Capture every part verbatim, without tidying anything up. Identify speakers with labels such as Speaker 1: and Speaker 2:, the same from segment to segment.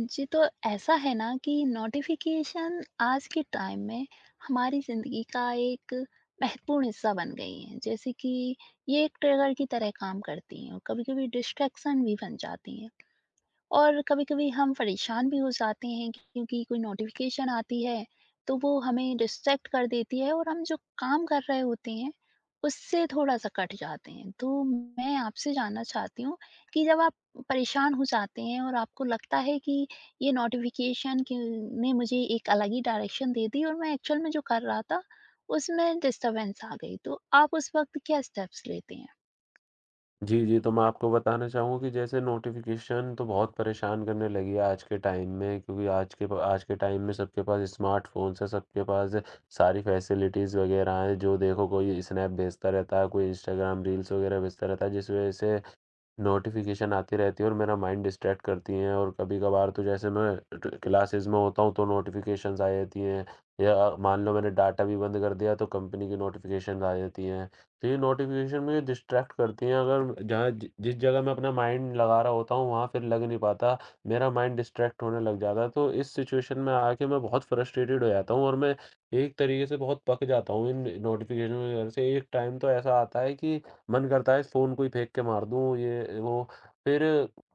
Speaker 1: जी, तो ऐसा है ना कि नोटिफ़िकेशन आज के टाइम में हमारी ज़िंदगी का एक महत्वपूर्ण हिस्सा बन गई हैं। जैसे कि ये एक ट्रिगर की तरह काम करती हैं और कभी-कभी डिस्ट्रैक्शन भी बन जाती हैं। और कभी-कभी हम परेशान भी हो जाते हैं क्योंकि कोई नोटिफ़िकेशन आती है, तो वो हमें डिस्ट्रैक्ट कर देती है और हम जो काम कर रहे होते हैं, उससे थोड़ा-सा कट जाते हैं। तो मैं आपसे जानना चाहती हूँ कि जब आप परेशान हो जाते हैं और आपको लगता है कि ये नोटिफ़िकेशन कि ने मुझे एक अलग ही डायरेक्शन दे दी और मैं एक्चुअल में जो कर रहा था, उसमें डिस्टर्बेंस आ गई। तो आप उस वक़्त क्या स्टेप्स लेते हैं?
Speaker 2: जी, जी। तो मैं आपको बताना चाहूँगा कि जैसे नोटिफ़िकेशन तो बहुत परेशान करने लगी है आज के टाइम में क्योंकि आज के प आज के टाइम में सबके पास स्मार्टफ़ोन्स हैं, सबके पास सारी फ़ैसिलिटीज़ वग़ैरह हैं। जो देखो कोई स्नैप भेजता रहता है, कोई इंस्टाग्राम रील्स वग़ैरह भेजता रहता है, जिस वज़ह से नोटिफ़िकेशन आती रहती है और मेरा माइंड डिस्ट्रैक्ट करती हैं। और कभी-कभार तो जैसे मैं ट क्लासेस में होता हूँ, तो नोटिफ़िकेशंस आ जाती हैं या मान लो मैंने डाटा भी बंद कर दिया, तो कंपनी की नोटिफ़िकेशंस आ जाती हैं। तो ये नोटिफ़िकेशन मुझे डिस्ट्रैक्ट करती हैं। अगर जहाँ जि जिस जगह मैं अपना माइंड लगा रहा होता हूँ, वहाँ फिर लग नहीं पाता, मेरा माइंड डिस्ट्रैक्ट होने लग जाता है। तो इस सिचुएशन में आके मैं बहुत फ्रस्ट्रेटेड हो जाता हूँ और मैं एक तरीके से बहुत पक जाता हूँ इन नोटिफ़िकेशन की वज़ह से। एक टाइम तो ऐसा आता है कि मन करता है इस फ़ोन को ही फेंक के मार दूँ, ये वो। फिर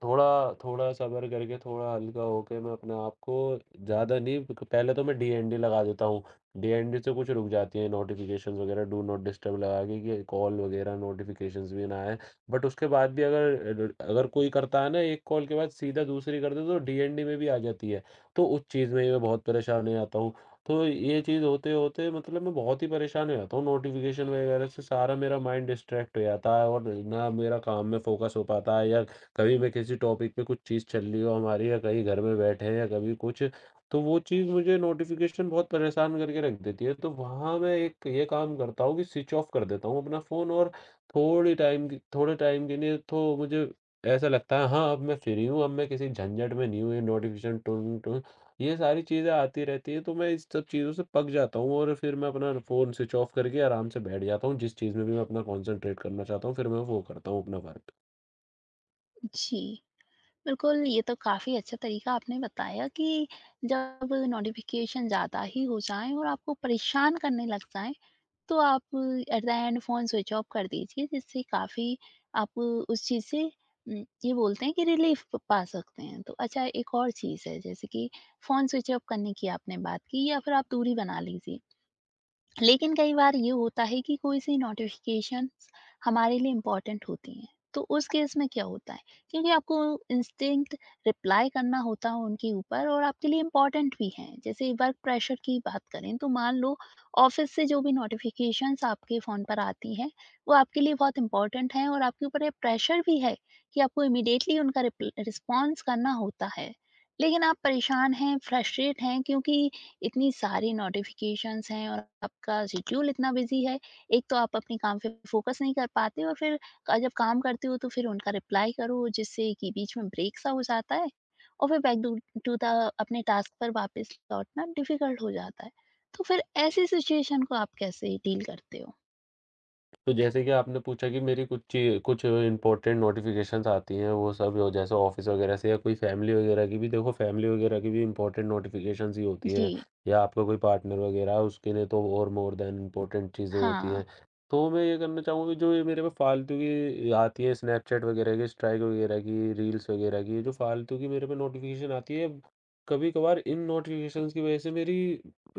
Speaker 2: थोड़ा थोड़ा सब्र करके, थोड़ा हल्का होके मैं अपने आप को ज़्यादा नहीं प पहले तो मैं डीएनडी लगा देता हूँ। डीएनडी से कुछ रुक जाती है नोटिफ़िकेशंस वगैरह, डू नॉट डिस्टर्ब लगा के कि कॉल वगैरह नोटिफ़िकेशंस भी ना आए। बट उसके बाद भी अगर अ, अगर कोई करता है ना एक कॉल के बाद सीधा दूसरी कर दे तो डीएनडी में भी आ जाती है। तो उस चीज़ में ही मैं बहुत परेशान हो जाता हूँ। तो ये चीज़ होते-होते मतलब मैं बहुत ही परेशान हो जाता हूँ नोटिफ़िकेशन वगैरह से, सारा मेरा माइंड डिस्ट्रैक्ट हो जाता है और ना मेरा काम में फ़ोकस हो पाता है या कभी मैं किसी टॉपिक पे कुछ चीज़ चल रही हो हमारी या कहीं घर में बैठे हैं या कभी कुछ, तो वो चीज़ मुझे नोटिफ़िकेशन बहुत परेशान करके रख देती है। तो वहाँ मैं एक ये काम करता हूँ कि स्विच ऑफ कर देता हूँ अपना फ़ोन और थोड़ी टाइम के थोड़े टाइम के लिए तो मुझे ऐसा लगता है हाँ, अब मैं फ्री हूँ, अब मैं किसी झंझट में नहीं हूँ, ये नोटिफ़िकेशन टुन टुन ये सारी चीज़ें आती रहती हैं, तो मैं इस सब चीज़ों से पक जाता हूँ और फिर मैं अपना फ़ोन स्विच ऑफ करके आराम से बैठ जाता हूँ। जिस चीज़ में भी मैं अपना कॉन्सन्ट्रेट करना चाहता हूँ, फिर मैं वो करता हूँ अपना वर्क।
Speaker 1: जी। बिल्कुल, ये तो काफ़ी अच्छा तरीका आपने बताया कि जब नोटिफ़िकेशन ज़्यादा ही हो जाएँ और आपको परेशान करने लग जाएँ, तो आप at the end phone switch off कर दीजिए, जिससे काफ़ी आप उस चीज़ से उम, ये बोलते हैं कि रिलीफ़ प पा सकते हैं। तो अच्छा, एक और चीज़ है जैसे कि फ़ोन स्विच ऑफ करने की आपने बात की या फिर आप दूरी बना लीजिए। लेकिन कई बार ये होता है कि कोई-सी नोटिफ़िकेशंस हमारे लिए इम्पोर्टेंट होती हैं, तो उस केस में क्या होता है? क्योंकि आपको इंस्टिंक्ट रिप्लाई करना होता है उनके ऊपर और आपके लिए इम्पोर्टेंट भी हैं। जैसे वर्क प्रेशर की बात करें, तो मान लो ऑफ़िस से जो भी नोटिफ़िकेशंस आपके फ़ोन पर आती हैं, वो आपके लिए बहुत इम्पोर्टेंट हैं और आपके ऊपर ये प्रेशर भी है कि आपको इमीडिएटली उनका रिप्ल रिस्पॉन्स करना होता है। लेकिन आप परेशान हैं, फ्रस्ट्रेट हैं क्योंकि इतनी सारी नोटिफ़िकेशंस हैं और आपका शेड्यूल इतना बिज़ी है, एक तो आप अपने काम पे फ़ोकस नहीं कर पाते और फिर अ, जब काम करते हो तो फिर उनका रिप्लाई करो, जिससे कि बीच में ब्रेक-सा हो जाता है और फिर बैक डू टू द अपने टास्क पर वापस लौटना डिफ़िकल्ट हो जाता है। तो फिर ऐसी सिचुएशन को आप कैसे डील करते हो?
Speaker 2: तो जैसे कि आपने पूछा कि मेरी कुछ ची कुछ इम्पोर्टेंट नोटिफ़िकेशंस आती हैं, वो सब हो जैसे ऑफ़िस वगैरह से या कोई फ़ैमिली वगैरह की भी, देखो फ़ैमिली वगैरह की भी इम्पोर्टेंट नोटिफ़िकेशंस ही होती हैं
Speaker 1: जी,
Speaker 2: या आपका कोई पार्टनर वगैरह है, उसके लिए तो और मोर दैन इम्पोर्टेंट चीज़ें होती
Speaker 1: हाँ।
Speaker 2: हैं। तो मैं ये करना चाहूँगा कि जो ये मेरे पे फालतू की आती है स्नैपचैट वगैरह की, स्ट्राइक वगैरह की, रील्स वगैरह की, जो फालतू की मेरे पे नोटिफ़िकेशन आती है, कभी-कभार इन नोटिफ़िकेशंस की वजह से मेरी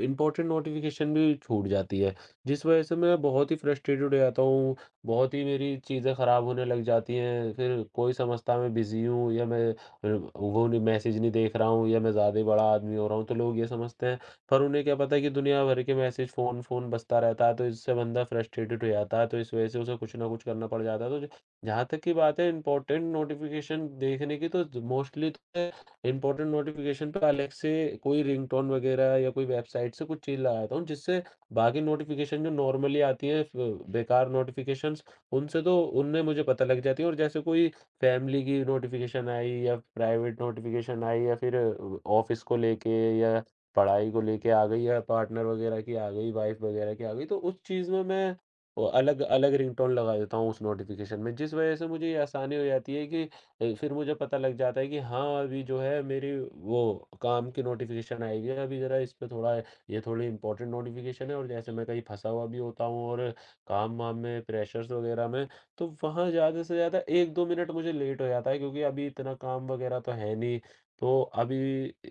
Speaker 2: इम्पोर्टेंट नोटिफ़िकेशन भी छूट जाती है। जिस वजह से मैं बहुत ही फ्रस्ट्रेटेड हो जाता हूँ, बहुत ही मेरी चीज़ें ख़राब होने लग जाती हैं, फिर कोई समझता है मैं बिज़ी हूँ या मैं अ, वो नहीं मैसेज नहीं देख रहा हूँ या मैं ज़्यादा ही बड़ा आदमी हो रहा हूँ, तो लोग ये समझते हैं। पर उन्हें क्या पता है कि दुनिया भर के मैसेज, फ़ोन, फ़ोन बजता रहता है, तो इससे बंदा फ्रस्ट्रेटेड हो जाता है, तो इस वजह से उसे कुछ ना कुछ करना पड़ जाता है। तो ज जहाँ तक की बात है इम्पोर्टेंट नोटिफ़िकेशन देखने की, तो ज मोस्टली तो मैं इम्पोर्टेंट नोटिफ़िकेशन पे अलग से कोई रिंगटोन वग़ैरह या कोई वेबसाइट से कुछ चीज़ लगा देता हूँ, जिससे बाकी नोटिफ़िकेशन जो नॉर्मली आती हैं फ बेकार नोटिफ़िकेशंस, उनसे तो उनमें मुझे पता लग जाती है। और जैसे कोई फ़ैमिली की नोटिफ़िकेशन आई या प्राइवेट नोटिफ़िकेशन आई या फिर अ, ऑफ़िस को लेके या पढ़ाई को लेके आ गई या पार्टनर वगैरह की आ गई, वाइफ़ वगैरह की आ गई, तो उस चीज़ में मैं अ, अलग-अलग रिंगटोन लगा देता हूँ उस नोटिफ़िकेशन में, जिस वजह से मुझे ये आसानी हो जाती है कि अ, फिर मुझे पता लग जाता है कि हाँ, अभी जो है मेरी वो काम की नोटिफ़िकेशन आएगी, अभी ज़रा इस पे थोड़ा ये थोड़ी इम्पोर्टेंट नोटिफ़िकेशन है। और जैसे मैं कहीं फँसा हुआ भी होता हूँ और काम-वाम में प्रेशर्स वग़ैरह में, तो वहाँ ज़्यादा से ज़्यादा एक दो मिनट मुझे लेट हो जाता है क्योंकि अभी इतना काम वग़ैरह तो है नहीं। तो अभी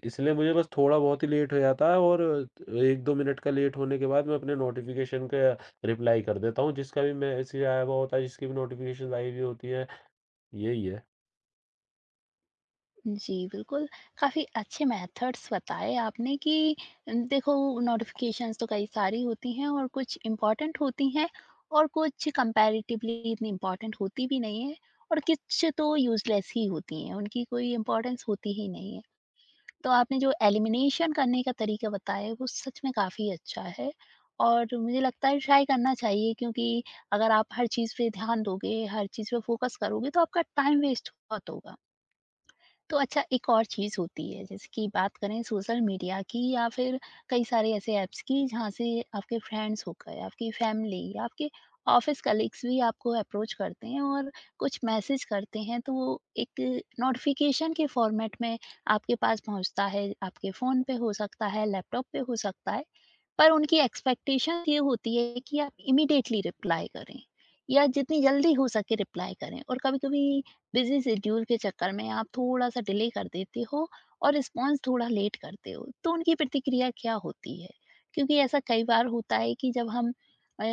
Speaker 2: इसलिए मुझे बस थोड़ा बहुत ही लेट हो जाता है और एक दो मिनट का लेट होने के बाद मैं अपने नोटिफ़िकेशन का रिप्लाई कर देता हूँ, जिसका भी मैसेज आया हुआ होता है, जिसकी भी नोटिफ़िकेशंस आई हुई होती हैं, यही है।
Speaker 1: जी, बिल्कुल, काफ़ी अच्छे मेथड्स बताए आपने कि न, देखो, नोटिफ़िकेशंस तो कई सारी होती हैं और कुछ इम्पोर्टेंट होती हैं और कुछ कंपैरेटिवली इतनी इम्पोर्टेंट होती भी नहीं है और कुछ तो यूज़लेस ही होती हैं, उनकी कोई इम्पोर्टेंस होती ही नहीं है। तो आपने जो एलिमिनेशन करने का तरीका बताया, वो सच में काफ़ी अच्छा है और मुझे लगता है ट्राई करना चाहिए, क्योंकि अगर आप हर चीज़ पे ध्यान दोगे, हर चीज़ पे फ़ोकस करोगे, तो आपका टाइम वेस्ट बहुत होगा। तो अच्छा, एक और चीज़ होती है, जैसे कि बात करें सोशल मीडिया की या फिर कई सारे ऐसे ऐप्स की, जहाँ से आपके फ्रेंड्स हो गए, आपकी फैमिली या आपके ऑफिस कलीग्स भी आपको अप्रोच करते हैं और कुछ मैसेज करते हैं, तो वो एक नोटिफिकेशन के फॉर्मेट में आपके पास पहुंचता है, आपके फ़ोन पे हो सकता है, लैपटॉप पे हो सकता है। पर उनकी एक्सपेक्टेशन ये होती है कि आप इमीडिएटली रिप्लाई करें या जितनी जल्दी हो सके रिप्लाई करें। और कभी-कभी बिजी शेड्यूल के चक्कर में आप थोड़ा-सा डिले कर देते हो और रिस्पॉन्स थोड़ा लेट करते हो, तो उनकी प्रतिक्रिया क्या होती है? क्योंकि ऐसा कई बार होता है कि जब हम अ,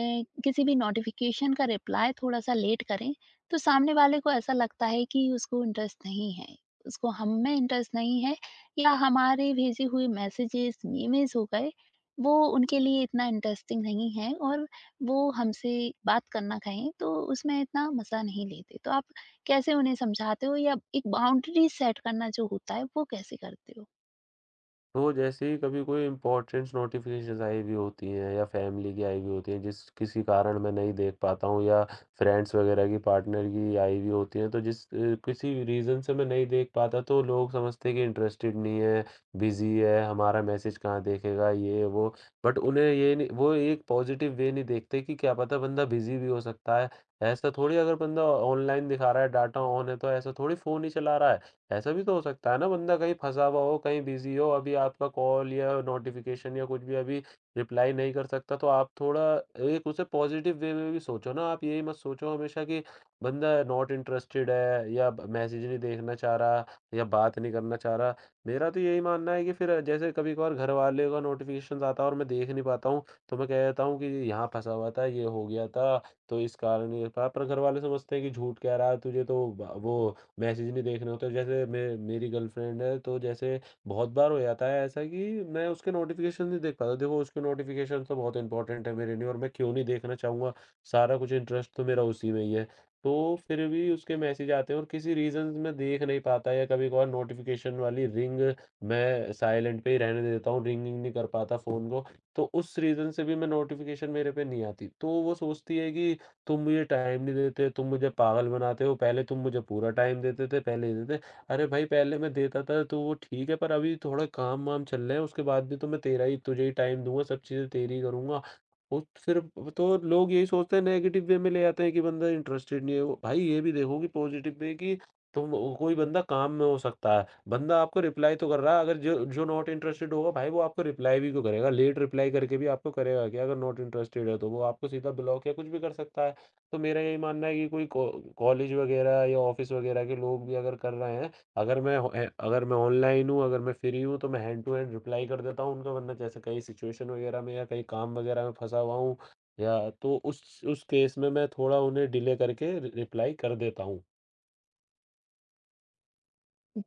Speaker 1: किसी भी नोटिफ़िकेशन का रिप्लाई थोड़ा-सा लेट करें, तो सामने वाले को ऐसा लगता है कि उसको इंटरेस्ट नहीं है, उसको हम में इंटरेस्ट नहीं है, या हमारे भेजे हुए मैसेजेस, मीम्स हो गए, वो उनके लिए इतना इंटरेस्टिंग नहीं है और वो हमसे बात करना कहें तो उसमें इतना मज़ा नहीं लेते। तो आप कैसे उन्हें समझाते हो या एक बाउंड्री सेट करना जो होता है, वो कैसे करते हो?
Speaker 2: तो जैसे ही कभी कोई इम्पोर्टेंट नोटिफ़िकेशंस आई हुई होती हैं या फ़ैमिली की आई हुई होती हैं, जिस किसी कारण मैं नहीं देख पाता हूँ या फ्रेंड्स वगैरह की, पार्टनर की आई हुई होती हैं तो जिस अ, किसी रीज़न से मैं नहीं देख पाता, तो लोग समझते हैं कि इंटरेस्टेड नहीं है, बिज़ी है, हमारा मैसेज कहाँ देखेगा, ये वो। बट उन्हें ये नहीं, वो एक पॉज़िटिव वे नहीं देखते कि क्या पता बंदा बिज़ी भी हो सकता है। ऐसा थोड़ी अगर बंदा ऑनलाइन दिखा रहा है, डाटा ऑन है तो ऐसा थोड़ी फ़ोन ही चला रहा है। ऐसा भी तो हो सकता है ना, बंदा कहीं फँसा हुआ हो, कहीं बिज़ी हो, अभी आपका कॉल या नोटिफ़िकेशन या कुछ भी अभी रिप्लाई नहीं कर सकता, तो आप थोड़ा एक उसे पॉज़िटिव वे में भी सोचो ना। आप यही मत सोचो हमेशा कि बंदा नॉट इंटरेस्टेड है या ब मैसेज नहीं देखना चाह रहा या बात नहीं करना चाह रहा। मेरा तो यही मानना है कि फिर जैसे कभी-कभार घरवाले का नोटिफ़िकेशंस आता है और मैं देख नहीं पाता हूँ, तो मैं कह देता हूँ कि यहाँ फँसा हुआ था, ये हो गया था, तो इस कारण ये था। पर घरवाले समझते हैं कि झूठ कह रहा है, तुझे तो ब वो मैसेज नहीं देखने होते। जैसे मैं, मेरी गर्लफ्रेंड है, तो जैसे बहुत बार हो जाता है ऐसा कि मैं उसके नोटिफिकेशन नहीं देख पाता। देखो उसके नोटिफिकेशन तो बहुत इंपॉर्टेंट है मेरे लिए और मैं क्यों नहीं देखना चाहूँगा, सारा कुछ इंटरेस्ट तो मेरा उसी में ही है। तो फिर भी उसके मैसेज आते हैं और किसी रीजन में देख नहीं पाता या कभी कभार नोटिफिकेशन वाली रिंग मैं साइलेंट पे ही रहने देता हूँ, रिंगिंग नहीं कर पाता फोन को, तो उस रीजन से भी मैं, नोटिफिकेशन मेरे पे नहीं आती, तो वो सोचती है कि तुम मुझे टाइम नहीं देते, तुम मुझे पागल बनाते हो, पहले तुम मुझे पूरा टाइम देते थे, पहले ये देते। अरे भाई पहले मैं देता था तो वो ठीक है, पर अभी थोड़ा काम-वाम चल रहे हैं, उसके बाद भी तो मैं तेरा ही, तुझे ही टाइम दूँगा, सब चीज़ें तेरी ही करूँगा। और फिर तो लोग यही सोचते हैं, नेगेटिव वे में ले आते हैं कि बंदा इंटरेस्टेड नहीं है। वो भाई ये भी देखो कि पॉजिटिव वे, कि तुम कोई बंदा काम में हो सकता है, बंदा आपको रिप्लाई तो कर रहा है, अगर जो जो नॉट इंटरेस्टेड होगा भाई वो आपको रिप्लाई भी क्यों करेगा? लेट रिप्लाई करके भी आपको करेगा क्या? अगर नॉट इंटरेस्टेड है तो वो आपको सीधा ब्लॉक या कुछ भी कर सकता है। तो मेरा यही मानना है कि कोई को, कॉलेज वगैरह या ऑफ़िस वगैरह के लोग भी अगर कर रहे हैं, अगर मैं हो ए अगर मैं ऑनलाइन हूँ, अगर मैं फ्री हूँ, तो मैं हैंड टू हैंड रिप्लाई कर देता हूँ उनका, वरना जैसे कहीं सिचुएशन वगैरह में या कहीं काम वगैरह में फँसा हुआ हूँ या तो उस उस केस में मैं थोड़ा उन्हें डिले करके रि रिप्लाई कर देता हूँ।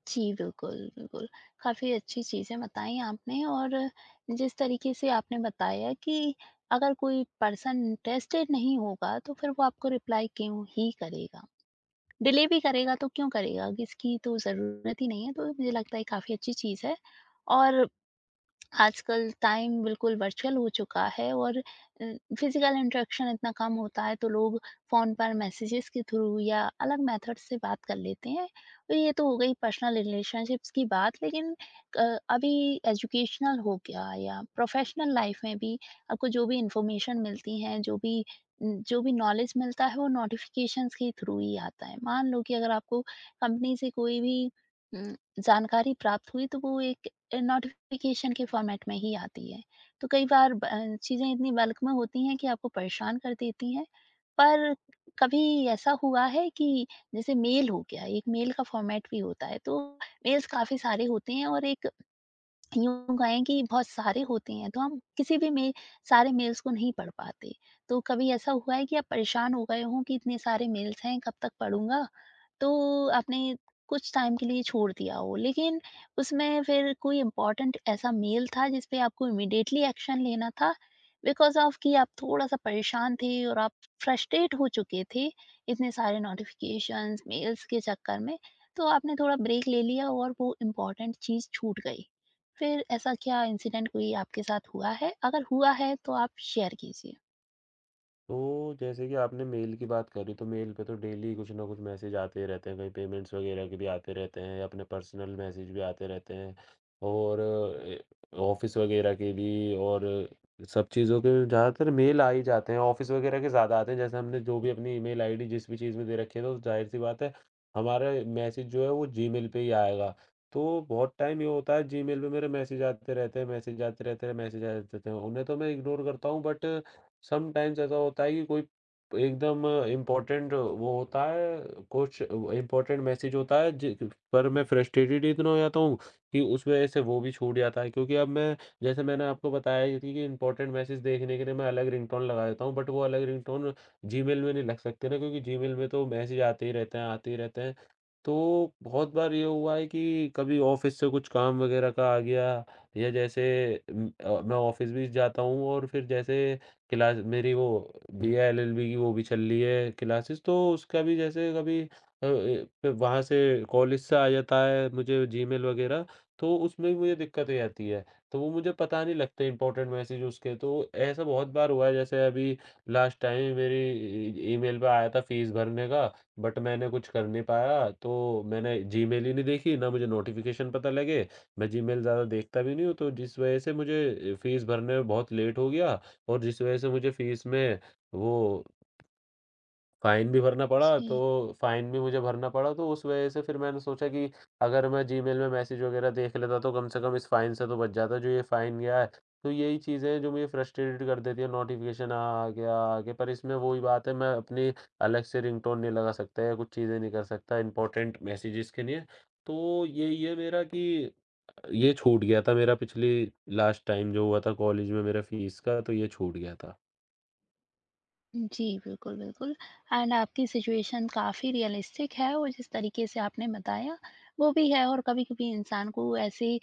Speaker 1: जी, बिल्कुल, बिल्कुल। काफ़ी अच्छी चीज़ें बताई आपने और जिस तरीके से आपने बताया कि अगर कोई पर्सन इंटरेस्टेड नहीं होगा, तो फिर वो आपको रिप्लाई क्यों ही करेगा। डिले भी करेगा तो क्यों करेगा? इसकी तो ज़रूरत ही नहीं है, तो मुझे लगता है काफ़ी अच्छी चीज़ है। और आजकल टाइम बिल्कुल वर्चुअल हो चुका है और अ, फिज़िकल इंटरेक्शन इतना कम होता है, तो लोग फ़ोन पर मैसेजेस के थ्रू या अलग मेथड से बात कर लेते हैं। तो ये तो हो गई पर्सनल रिलेशनशिप्स की बात, लेकिन अ, अभी एजुकेशनल हो गया या प्रोफ़ेशनल लाइफ़ में भी आपको जो भी इन्फॉर्मेशन मिलती है, जो भी उम, जो भी नॉलेज मिलता है, वो नोटिफ़िकेशंस के थ्रू ही आता है। मान लो कि अगर आपको कंपनी से कोई भी उम, जानकारी प्राप्त हुई, तो वो एक अ, नोटिफ़िकेशन के फ़ॉर्मेट में ही आती है। तो कई बार ब अ, चीज़ें इतनी बल्क में होती हैं कि आपको परेशान कर देती हैं। पर कभी ऐसा हुआ है कि जैसे मेल हो गया, एक मेल का फ़ॉर्मेट भी होता है, तो मेल्स काफ़ी सारे होते हैं और एक, यूँ कहें कि बहुत सारे होते हैं, तो हम किसी भी में सारे मेल्स को नहीं पढ़ पाते। तो कभी ऐसा हुआ है कि आप परेशान हो गए हों कि इतने सारे मेल्स हैं, कब तक पढ़ूँगा? तो आपने कुछ टाइम के लिए छोड़ दिया हो, लेकिन उसमें फिर कोई इम्पोर्टेंट ऐसा मेल था, जिस पे आपको इमीडिएटली एक्शन लेना था? बिकॉज़ ऑफ कि आप थोड़ा-सा परेशान थे और आप फ्रस्ट्रेट हो चुके थे इतने सारे नोटिफ़िकेशंस, मेल्स के चक्कर में। तो आपने थोड़ा ब्रेक ले लिया और वो इम्पोर्टेंट चीज़ छूट गई। फिर ऐसा क्या इंसिडेंट कोई आपके साथ हुआ है? अगर हुआ है, तो आप शेयर कीजिए।
Speaker 2: तो जैसे कि आपने मेल की बात करी, तो मेल पे तो डेली कुछ ना कुछ मैसेज आते ही रहते हैं, कहीं पेमेंट्स वगैरह के भी आते रहते हैं, अपने पर्सनल मैसेज भी आते रहते हैं और ऑफिस वगैरह के भी। और सब चीज़ों के ज़्यादातर मेल आ ही जाते हैं, ऑफिस वगैरह के ज़्यादा आते हैं। जैसे हमने जो भी अपनी ईमेल आईडी जिस भी चीज़ में दे रखी है तो जाहिर सी बात है हमारा मैसेज जो है वो जीमेल पे ही आएगा। तो बहुत टाइम ये होता है जीमेल पे मेरे मैसेज आते रहते हैं, मैसेज आते रहते हैं, मैसेज आते रहते हैं, उन्हें तो मैं इग्नोर करता हूँ। बट समटाइम्स ऐसा होता है कि कोई एकदम इम्पोर्टेंट वो होता है, कुछ इम्पोर्टेंट मैसेज होता है, जि पर मैं फ्रस्ट्रेटेड इतना हो जाता हूँ कि उस वजह से वो भी छूट जाता है क्योंकि अब मैं, जैसे मैंने आपको बताया ही थी कि इम्पोर्टेंट मैसेज देखने के लिए मैं अलग रिंगटोन लगा देता हूँ, बट वो अलग रिंगटोन जीमेल में नहीं लग सकते ना, क्योंकि जीमेल में तो मैसेज आते ही रहते हैं, आते ही रहते हैं। तो बहुत बार ये हुआ है कि कभी ऑफ़िस से कुछ काम वगैरह का आ गया या जैसे उम, अ, मैं ऑफ़िस भी जाता हूँ और फिर जैसे क्लास मेरी वो बीए एलएलबी की वो भी चल रही है क्लासेस, तो उसका भी जैसे कभी अ, ए, वहाँ से कॉलेज से आ जाता है मुझे जीमेल वगैरह, तो उसमें भी मुझे दिक्कतें आती है। तो वो मुझे पता नहीं लगते इंपॉर्टेंट मैसेज उसके, तो ऐसा बहुत बार हुआ है। जैसे अभी लास्ट टाइम मेरी ईमेल पे आया था फीस भरने का, बट मैंने कुछ कर नहीं पाया तो मैंने जीमेल ही नहीं देखी, ना मुझे नोटिफिकेशन पता लगे, मैं जीमेल ज़्यादा देखता भी नहीं हूँ। तो जिस वजह से मुझे फीस भरने में बहुत लेट हो गया और जिस वजह से मुझे फ़ीस में वो फ़ाइन भी भरना पड़ा,
Speaker 1: जी।
Speaker 2: तो फ़ाइन भी मुझे भरना पड़ा, तो उस वजह से फिर मैंने सोचा कि अगर मैं जीमेल में मैसेज वगैरह देख लेता तो कम से कम इस फ़ाइन से तो बच जाता, जो ये फ़ाइन गया है। तो यही चीज़ें हैं जो मुझे फ्रस्ट्रेटेड कर देती है, नोटिफ़िकेशन आ गया, आ गया, पर इसमें वही बात है, मैं अपनी अलग से रिंगटोन नहीं लगा सकता या कुछ चीज़ें नहीं कर सकता इम्पोर्टेंट मैसेजेस के लिए। तो यही है मेरा कि ये छूट गया था मेरा पिछली लास्ट टाइम जो हुआ था कॉलेज में मेरा फ़ीस का, तो ये छूट गया था।
Speaker 1: जी, बिल्कुल, बिल्कुल, एंड आपकी सिचुएशन काफ़ी रियलिस्टिक है और जिस तरीके से आपने बताया, वो भी है। और कभी-कभी इंसान को ऐसे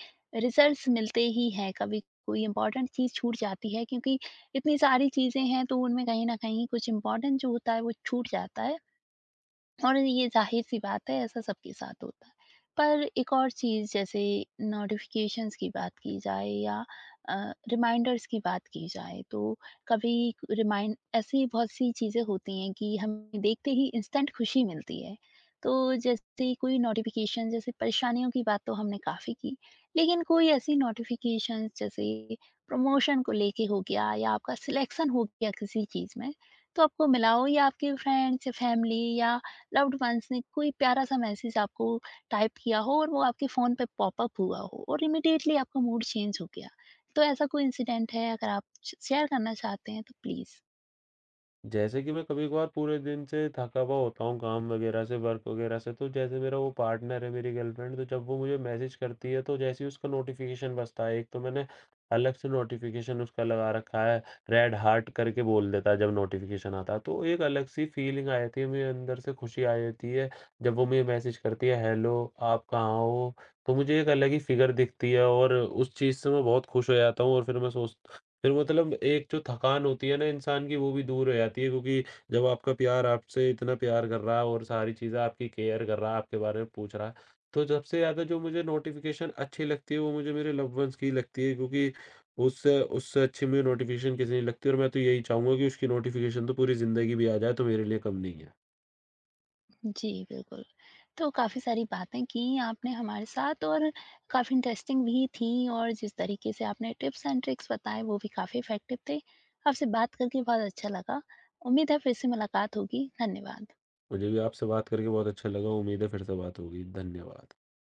Speaker 1: रिजल्ट्स मिलते ही हैं, कभी कोई इम्पोर्टेंट चीज़ छूट जाती है, क्योंकि इतनी सारी चीज़ें हैं, तो उनमें कहीं न कहीं कुछ इम्पोर्टेंट जो होता है, वो छूट जाता है। और ये ज़ाहिर-सी बात है, ऐसा सबके साथ होता है। पर एक और चीज़, जैसे नोटिफ़िकेशंस की बात की जाए या अ, रिमाइंडर्स की बात की जाए, तो कभी रिमाइंड ऐसी बहुत-सी चीज़ें होती हैं कि हमें देखते ही इंस्टेंट खुशी मिलती है। तो जैसे कोई नोटिफ़िकेशन, जैसे परेशानियों की बात तो हमने काफ़ी की, लेकिन कोई ऐसी नोटिफ़िकेशंस जैसे प्रमोशन को लेके हो गया या आपका सिलेक्शन हो गया किसी चीज़ में, तो आपको मिला हो, या आपके फ्रेंड्स या फैमिली या लव्ड वंस ने कोई प्यारा-सा मैसेज आपको टाइप किया हो और वो आपके फ़ोन पे पॉपअप हुआ हो और इमीडिएटली आपका मूड चेंज हो गया। तो ऐसा कोई इंसिडेंट है, अगर आप श शेयर करना चाहते हैं तो प्लीज़?
Speaker 2: जैसे कि मैं कभी-कभार पूरे दिन से थका हुआ होता हूँ काम वगैरह से, वर्क वगैरह से, तो जैसे मेरा वो पार्टनर है, मेरी गर्लफ्रेंड, तो जब वो मुझे मैसेज करती है, तो जैसे ही उसका नोटिफ़िकेशन बजता है, एक तो मैंने अलग से नोटिफ़िकेशन उसका लगा रखा है, रेड हार्ट करके बोल देता है जब नोटिफ़िकेशन आता है, तो एक अलग-सी फ़ीलिंग आ जाती है, मेरे अंदर से खुशी आ जाती है। जब वो मुझे मैसेज करती है, "हेलो, आप कहाँ हो?" तो मुझे एक अलग ही फ़िगर दिखती है और उस चीज़ से मैं बहुत खुश हो जाता हूँ और फिर मैं सोच फिर मतलब एक जो थकान होती है ना इंसान की वो भी दूर हो जाती है क्योंकि जब आपका प्यार आपसे इतना प्यार कर रहा है और सारी चीज़ें आपकी केयर कर रहा है, आपके बारे में पूछ रहा है। तो सबसे ज़्यादा जो मुझे नोटिफ़िकेशन अच्छी लगती है वो मुझे मेरे लव्ड वन्स की लगती है, क्योंकि उससे उससे अच्छी मुझे नोटिफ़िकेशन किसी नहीं लगती और मैं तो यही चाहूँगा कि उसकी नोटिफ़िकेशन तो पूरी ज़िंदगी भी आ जाए तो मेरे लिए कम नहीं है।
Speaker 1: जी, बिल्कुल। तो काफ़ी सारी बातें की आपने हमारे साथ और काफ़ी इंटरेस्टिंग भी थी और जिस तरीके से आपने टिप्स एंड ट्रिक्स बताए, वो भी काफ़ी इफ़ेक्टिव थे। आपसे बात करके बहुत अच्छा लगा। उम्मीद है फिर से मुलाकात होगी। धन्यवाद।
Speaker 2: मुझे भी आपसे बात करके बहुत अच्छा लगा। उम्मीद है फिर से बात होगी। धन्यवाद।